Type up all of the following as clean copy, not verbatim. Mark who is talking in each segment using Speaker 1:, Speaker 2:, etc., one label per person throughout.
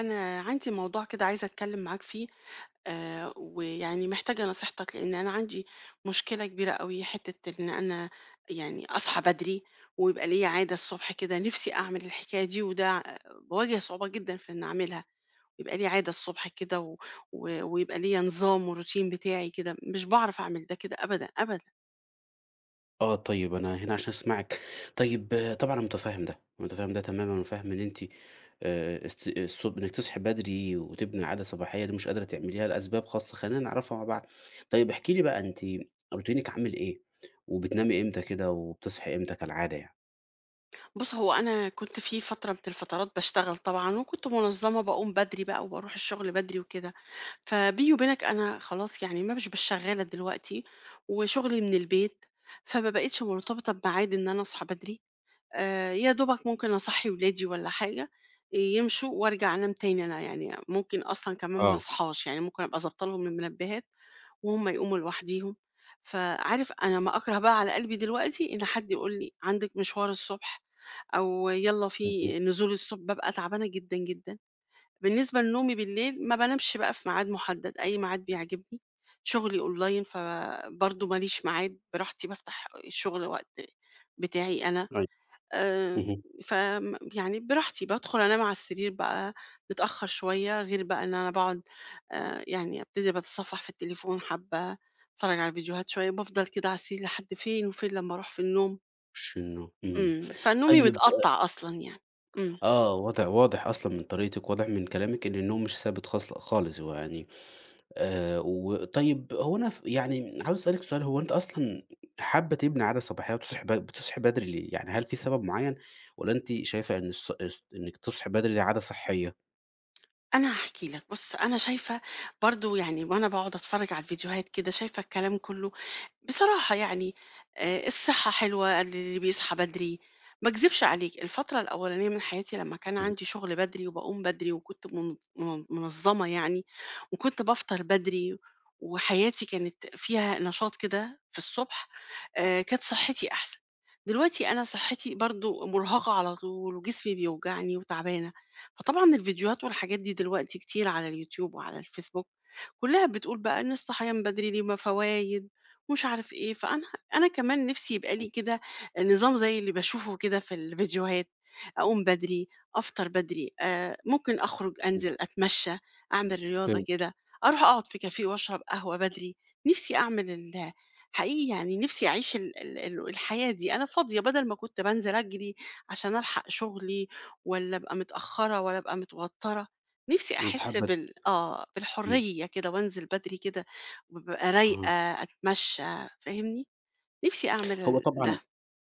Speaker 1: أنا عندي موضوع كده عايزة أتكلم معاك فيه. آه، ويعني محتاجة نصيحتك لأن أنا عندي مشكلة كبيرة قوي، حتة إن أنا يعني أصحى بدري ويبقى ليا عادة الصبح كده، نفسي أعمل الحكاية دي وده آه، بواجه صعوبة جدا في إن أعملها. يبقى لي عادة الصبح كده ويبقى ليا نظام وروتين بتاعي كده، مش بعرف أعمل ده كده أبدا أبدا.
Speaker 2: آه، طيب، أنا هنا عشان أسمعِك. طيب، طبعًا أنا مُتفهِّم ده، مُتفهِّم ده تمامًا وفاهم إن أنتِ است الصب إنِّك تصحي بدري وتبني عادة صباحية دي مش قادرة تعمليها لأسباب خاصة، خلّينا نعرفها مع بعض. طيب احكي لي بقى أنتِ روتينِك عامل إيه؟ وبتنامي إمتى كده وبتصحي إمتى كالعادة يعني؟
Speaker 1: بُص، هو أنا كنت في فترة من الفترات باشتغل طبعًا، وكنت منظمة باقوم بدري بقى وباروح الشغل بدري وكده، فبيني وبينك أنا خلاص يعني ما مش بقيتش شغالة دلوقتي، وشغلي من البيت، فما بقيتش مرتبطة بميعاد إن أنا أصحى بدري. يا دوبك ممكن أصحّي ولادي والّا حاجة يمشوا وارجع أنام تاني. أنا يعني ممكن أصلًا كمان ما
Speaker 2: آه.
Speaker 1: اصحاش، يعني ممكن أبقى ضابطة لهم المنبهات وهم يقوموا لوحديهم. فعارف أنا ما أكره بقى على قلبي دلوقتي إن حد يقول لي عندِك مشوار الصبح أو يالّا في
Speaker 2: اهم.
Speaker 1: نزول الصبح، بابقى تعبانة جدًا، جدًا. بالنسبة لنومي بالليل، ما بانامش بقى في ميعاد محدد، أي ميعاد بيعجبني. شغلي أونلاين، فبرضه ما ليش ميعاد، براحتي بافتح الشغل وقت بتاعي أنا.
Speaker 2: أيوه.
Speaker 1: آآ،
Speaker 2: اهم.
Speaker 1: ف م يعني براحتي بادخل أنام على السرير بقى متأخر شوية، غير بقى إن أنا باقعد يعني أبتدي باتصفح في التليفون حبّة، أتفرّج على فيديوهات شوية، بافضل كده على السرير لحد فين وفين لمّا أروح في النوم.
Speaker 2: إمم.
Speaker 1: فنومي
Speaker 2: طيب،
Speaker 1: متقطّع أصلًا يعني. إمم.
Speaker 2: آه، واضح، أصلًا من طريقتِك، واضح من كلامِك إن النوم مش ثابت خالص هو يعني. وطيب، هو أنا يعني عاوز أسألِك سؤال، هو أنتِ أصلًا حابة تبني عادة صباحية وتصحي بتصحي بدري ليه؟ يعني هل في سبب معيّن والّا أنتِ شايفة إن الص الص إنِّك تصحي بدري دي عادة صحية؟
Speaker 1: أنا هاحكي لك. بُص، أنا شايفة برضه، يعني وأنا باقعد أتفرّج على الفيديوهات كده، شايفة الكلام كلّه بصراحة يعني آه، الصحة حلوة اللي بيصحى بدري. ما اكذبش عليك، الفترة الأولانية من حياتي لما كان عندي شغل بدري وبقوم بدري وكنت منظمة يعني، وكنت بفطر بدري، وحياتي كانت فيها نشاط كده في الصبح، آه، كانت صحتي أحسن. دلوقتي أنا صحتي برضو مرهقة على طول وجسمي بيوجعني وتعبانة، فطبعا الفيديوهات والحاجات دي دلوقتي كتير على اليوتيوب وعلى الفيسبوك كلها بتقول بقى إن الصحيان بدري ليه ما فوايد ومش عارف إيه. فأنا أنا كمان نفسي يبقى لي كده نظام زي اللي باشوفه كده في الفيديوهات، أقوم بدري، أفطر بدري، ممكن أخرج
Speaker 2: مم.
Speaker 1: أنزل أتمشى، أعمل رياضة
Speaker 2: فهمت.
Speaker 1: كده، أروح أقعد في كافيه وأشرب قهوة بدري. نفسي أعمل ال حقيقي يعني، نفسي أعيش ال ال ال الحياة دي، أنا فاضية، بدل ما كنت بانزل أجري عشان ألحق شغلي والّا أبقى متأخرة والّا أبقى متوترة. نفسي
Speaker 2: أنتِ
Speaker 1: أحس
Speaker 2: حابة.
Speaker 1: بال آه،
Speaker 2: إمم.
Speaker 1: بالحرية كده وأنزل بدري كده وابقى رايقة،
Speaker 2: أها.
Speaker 1: أتمشى، فاهمني؟ نفسي
Speaker 2: هو
Speaker 1: أعمل
Speaker 2: طبعًا.
Speaker 1: ده.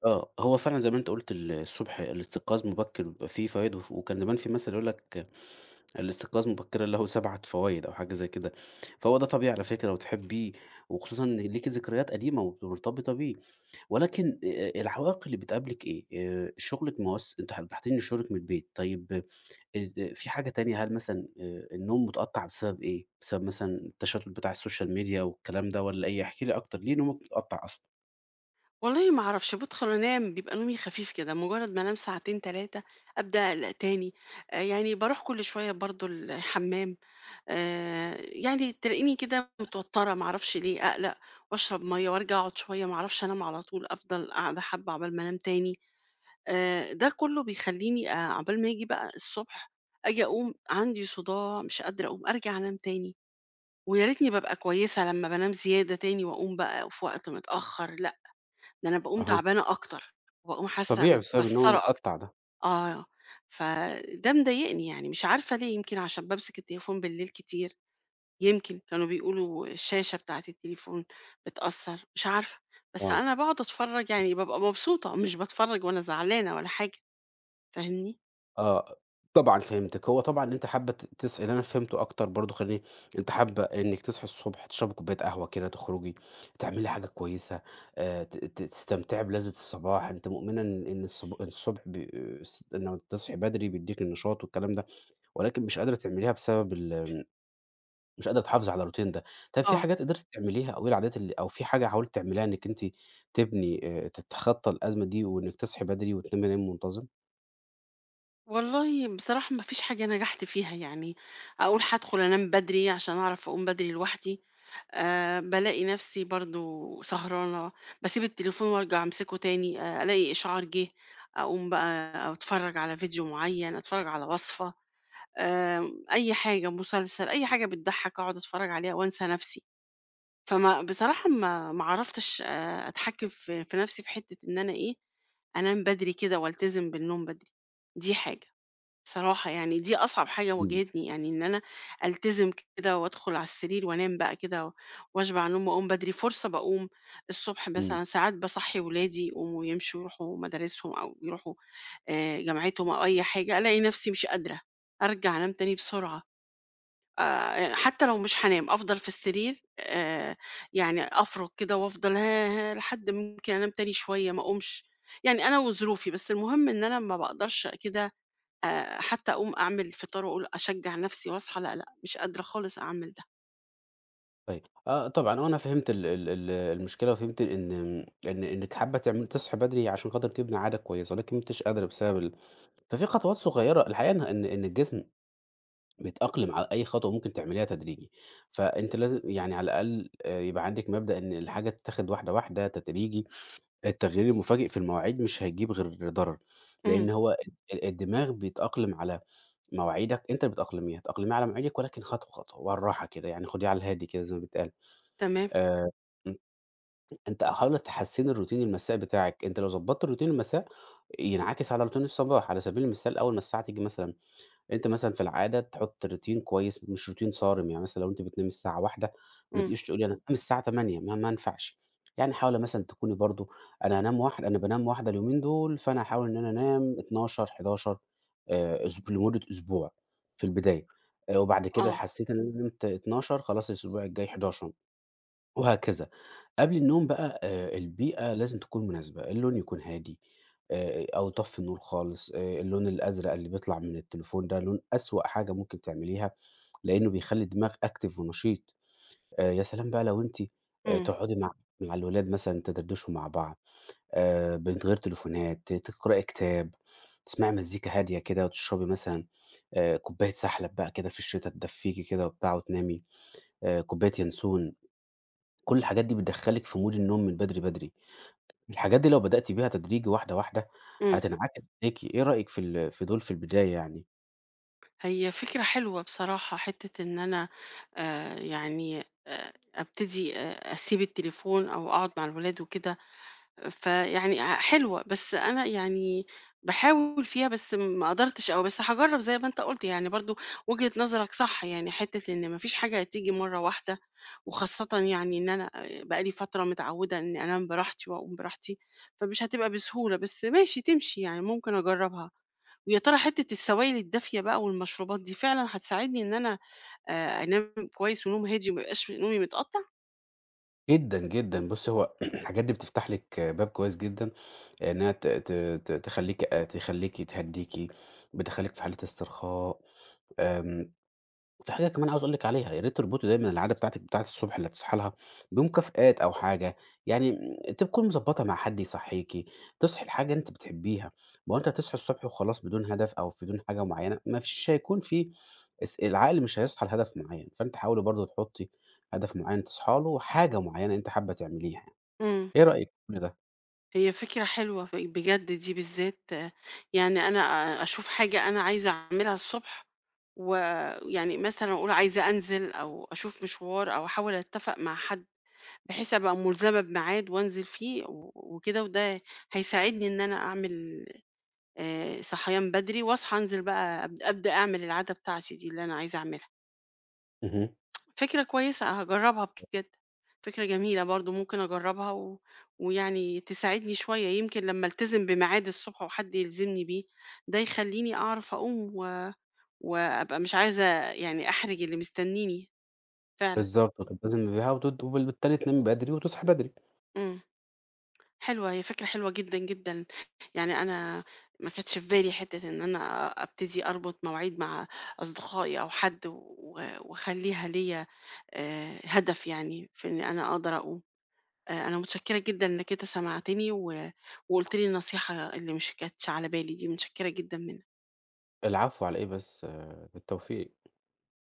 Speaker 2: آه، هو فعلًا زي ما أنت قُلت الصبح الاستيقاظ مبكِّر بيبقى فيه فوايد، وكان زمان في مثل يقول لك: "الاستيقاظ مبكِّرًا له 7 فوايد." أو حاجة زي كده، فهو ده طبيعي على فكرة وتحبيه، وخصوصًا إن ليكِ ذكريات قديمة مرتبطة بيه، ولكن العوائق اللي بتقابلِك إيه؟ شغلِك مواص أنتِ وضحت لي إن شغلِك من البيت، طيب في حاجة تانية، هل مثلًا النوم متقطّع بسبب إيه؟ بسبب مثلًا التشتُّت بتاع السوشيال ميديا والكلام ده والّا إيه؟ احكِ لي أكتر، ليه نومك متقطّع أصلًا؟
Speaker 1: والله ما أعرفش، بادخل أنام بيبقى نومي خفيف كده، مجرد ما أنام ساعتين، 3 أبدأ أقلق تاني. يعني باروح كل شوية برضه الحمام، يعني تلاقيني كده متوترة ما أعرفش ليه، أقلق وأشرب مَيّة وأرجع أقعد شوية، ما أعرفش أنام على طول، أفضل قاعدة حبة عقبال ما أنام تاني. ده كُلّه بيخلّيني عقبال ما آجي بقى الصبح، آجي أقوم عندي صداع مش قادرة أقوم، أرجع أنام تاني، ويا ريتني بابقى كويسة لمّا بانام زيادة تاني وأقوم بقى في وقت متأخّر، لأ، ده أنا باقوم
Speaker 2: أها.
Speaker 1: تعبانة أكتر، وباقوم حاسة
Speaker 2: طبيعي بسبب النوم
Speaker 1: متكسّرة أكتر.
Speaker 2: المتقطّع ده.
Speaker 1: آه، فده مضايقني يعني مش عارفة ليه، يمكن عشان بامسك التليفون بالليل كتير، يمكن كانوا بيقولوا الشاشة بتاعة التليفون بتأثّر، مش عارفة، بس
Speaker 2: آه.
Speaker 1: أنا باقعد أتفرّج يعني بابقى مبسوطة، مش باتفرّج وأنا زعلانة ولا حاجة، فاهمني؟
Speaker 2: آه، طبعًا فهمتِك، هو طبعًا أنتِ حابة تصحي، اللي أنا فهمته أكتر برضه، خلّيني. أنتِ حابة إنِّك تصحي الصبح تشربي كوباية قهوة كده، تخرجي، تعملي حاجة كويسة، ت ت تستمتعي بلذة الصباح، أنتِ مؤمنة إن الصبح ب س إنه تصحي بدري بيدّيكِ النشاط والكلام ده، ولكن مش قادرة تعمليها بسبب ال مش قادرة تحافظي على الروتين ده. طب في
Speaker 1: آه.
Speaker 2: حاجات قدرتِ تعمليها أو إيه العادات اللي أو في حاجة حاولتِ تعمليها إنِّك أنتِ تبني، تتخطى الأزمة دي وإنِّك تصحي بدري وتنامي نوم منتظم؟
Speaker 1: والله بصراحة ما فيش حاجة نجحت فيها يعني. أقول هادخل أنام بدري عشان أعرف أقوم بدري لوحدي، بالاقي نفسي برضه سهرانة، باسيب التليفون وارجع أمسكه تاني، ألاقي إشعار جه، أقوم بقى أتفرج على فيديو معين، أتفرج على وصفة، أي حاجة، مسلسل، أي حاجة بتضحك أقعد أتفرج عليها وأنسى نفسي. فما بصراحة ما عرفتش أتحكم في نفسي في حتة إن أنا إيه، أنام بدري كده والتزم بالنوم بدري، دي حاجة. بصراحة يعني دي أصعب حاجة
Speaker 2: إمم.
Speaker 1: واجهتني، يعني إن أنا ألتزم كده وأدخل على السرير وأنام بقى كده و وأشبع نوم وأقوم بدري. فرصة باقوم الصبح
Speaker 2: إمم.
Speaker 1: مثلًا ساعات باصحّي ولادي يقوموا يمشوا يروحوا مدارسهم أو يروحوا جامعتهم أو أي حاجة، ألاقي نفسي مش قادرة، أرجع أنام تاني بسرعة، حتى لو مش هانام أفضل في السرير يعني أفرُك كده وأفضل ها لحد ممكن أنام تاني شوية ما أقومش. يعني أنا وظروفي، بس المهم إن أنا ما باقدرش كده حتى أقوم أعمل فطار وأقول أشجّع نَفْسي وأصحى، لأ، لأ، مش قادرة خالص أعمل ده.
Speaker 2: طيب، آه، طبعًا، آه، أنا فهمت ال ال ال المشكلة وفهمت إن إن إنِّك حابة تعملي تصحي بدري عشان خاطر تبني عادة كويسة، ولكن ما أنتيش قادرة بسبب ال ففي خطوات صغيرة، الحقيقة إن الجسم بيتأقلم على أي خطوة ممكن تعمليها تدريجي، فأنتِ لازم يعني على الأقل يبقى عندِك مبدأ إن الحاجة تتاخد واحدة، واحدة، تدريجي. التغيير المفاجئ في المواعيد مش هيجيب غير ضرر،
Speaker 1: إمم،
Speaker 2: لإن هو الدماغ بيتأقلم على مواعيدك، أنت اللي بتأقلميها، تأقلميها على مواعيدك، ولكن خطوة، خطوة، بالراحة كده، يعني خديها على الهادي كده زي ما بيتقال.
Speaker 1: تمام،
Speaker 2: آآ أن أنت حاول تحسّن الروتين المسائي بتاعك، أنت لو ضبّطت الروتين المساء ينعكس على روتين الصباح. على سبيل المثال، أول ما الساعة تيجي مثلًا، أنت مثلًا في العادة تحُط روتين كويس مش روتين صارم، يعني مثلًا لو أنتِ بتنامي الساعة 13:00، ما
Speaker 1: إمم،
Speaker 2: تجيش تقولي أنا هانام الساعة 20:00، ما ينفعش، يعني حاولي مثلًا تكوني برضه. أنا هانام واحد أنا بانام واحدة اليومين دول، فأنا هاحاول إن أنا أنام 12، 11، أسب لمدة أسبوع في البداية، وبعد كده
Speaker 1: آه،
Speaker 2: حسّيت إن أنا نمت 12، خلاص الأسبوع الجاي 11، وهكذا. قبل النوم بقى، البيئة لازم تكون مناسبة، اللون يكون هادي، أو طفّي النور خالص. اللون الأزرق اللي بيطلع من التليفون ده لون أسوأ حاجة ممكن تعمليها، لإنه بيخلّي الدماغ active ونشيط. يا سلام بقى لو أنتِ
Speaker 1: إمم،
Speaker 2: تقعدي مع الولاد مثلًا تدردشوا مع بعض من غير تليفونات، تقرأي كتاب، تسمعي مزيكا هادية كده، وتشربي مثلًا كوباية سحلب بقى كده في الشتا تدفّيكِ كده وبتاع وتنامي، كوباية ينسون. كل الحاجات دي بتدخّلِك في مود النوم من بدري بدري. الحاجات دي لو بدأتِ بيها تدريجي واحدة، واحدة، إمم،
Speaker 1: إمم.
Speaker 2: هتنعكس عليكِ. إيه رأيِك في ال في دول في البداية يعني؟
Speaker 1: هي فكرة حلوة بصراحة، حتّة إن أنا يعني أبتدي أسيب التليفون أو أقعد مع الولاد وكده، فيعني ع حلوة، بس أنا يعني باحاول فيها بس ما قدرتش أوي، بس هاجرّب زي ما أنت قُلت، يعني برضه وجهة نظرك صح، يعني حتّة إن ما فيش حاجة هتيجي مرّة واحدة، وخاصةً يعني إن أنا بقى لي فترة متعوّدة إني أنام براحتي وأقوم براحتي، فمش هتبقى بسهولة، بس ماشي تمشي يعني ممكن أجرّبها. ويا ترى حتّة السوايل الدافية بقى والمشروبات دي فعلًا هتساعدني إن أنا أنام كويس ونوم هادي وما يبقاش نومي متقطّع؟
Speaker 2: جدًا، جدًا. بُصّي، هو الحاجات دي بتفتح لِك باب كويس جدًا، إنها ت ت ت تخلّيكِ، تهدّيكِ، بتخلّيكِ في حالة استرخاء. آمم وفي حاجة كمان عاوز أقول لِك عليها، يا ريت تربطي دايمًا العادة بتاعتِك بتاعة الصبح اللي تصحي لها بمكافآت أو حاجة، يعني تكوني مضبطة مع حد يصحيكِ، تصحي لحاجة أنتِ بتحبيها، ما هو أنتِ هتصحي الصبح وخلاص بدون هدف أو بدون حاجة معينة، ما فيش هيكون في العقل مش هيصحى لهدف معين، فأنتِ حاولي برضه تحطي هدف معين تصحي له وحاجة معينة أنتِ حابة تعمليها.
Speaker 1: إمم.
Speaker 2: إيه رأيِك في كل ده؟
Speaker 1: هي فكرة حلوة ف بجد دي بالذات، آه، يعني أنا أشوف حاجة أنا عايزة أعملها الصبح، ويعني مثلًا أقول عايزة أنزل أو أشوف مشوار أو أحاول أتفق مع حد، بحيث أبقى ملزمة بميعاد وأنزل فيه وكده، وده هيساعدني إن أنا أعمل صحيان بدري وأصحى أنزل بقى أبدأ أعمل العادة بتاعتي دي اللي أنا عايزة أعملها.
Speaker 2: اهم.
Speaker 1: فكرة كويسة هاجرّبها بجد، فكرة جميلة برضه ممكن أجرّبها ويعني تساعدني شوية، يمكن لمّا ألتزم بميعاد الصبح وحد يلزمني بيه، ده يخلّيني أعرف أقوم وأبقى مش عايزة يعني أحرج اللي مستنّيني فعلًا.
Speaker 2: بالضبط، وتلتزمي بيها وبالتالي تنامي بدري وتصحي بدري.
Speaker 1: إمم، حلوة، هي فكرة حلوة جدًا، جدًا، يعني أنا ما كانتش في بالي حتّة إن أنا أبتدي أربط مواعيد مع أصدقائي أو حد واخلّيها ليّا هدف يعني في إن أنا أقدر أقوم. أنا متشكرة جدًا إنك أنت سمعتني وقُلت لي النصيحة اللي مش كانتش على بالي دي، متشكرة جدًا منك.
Speaker 2: العفو على إيه بس. آه، بالتوفيق.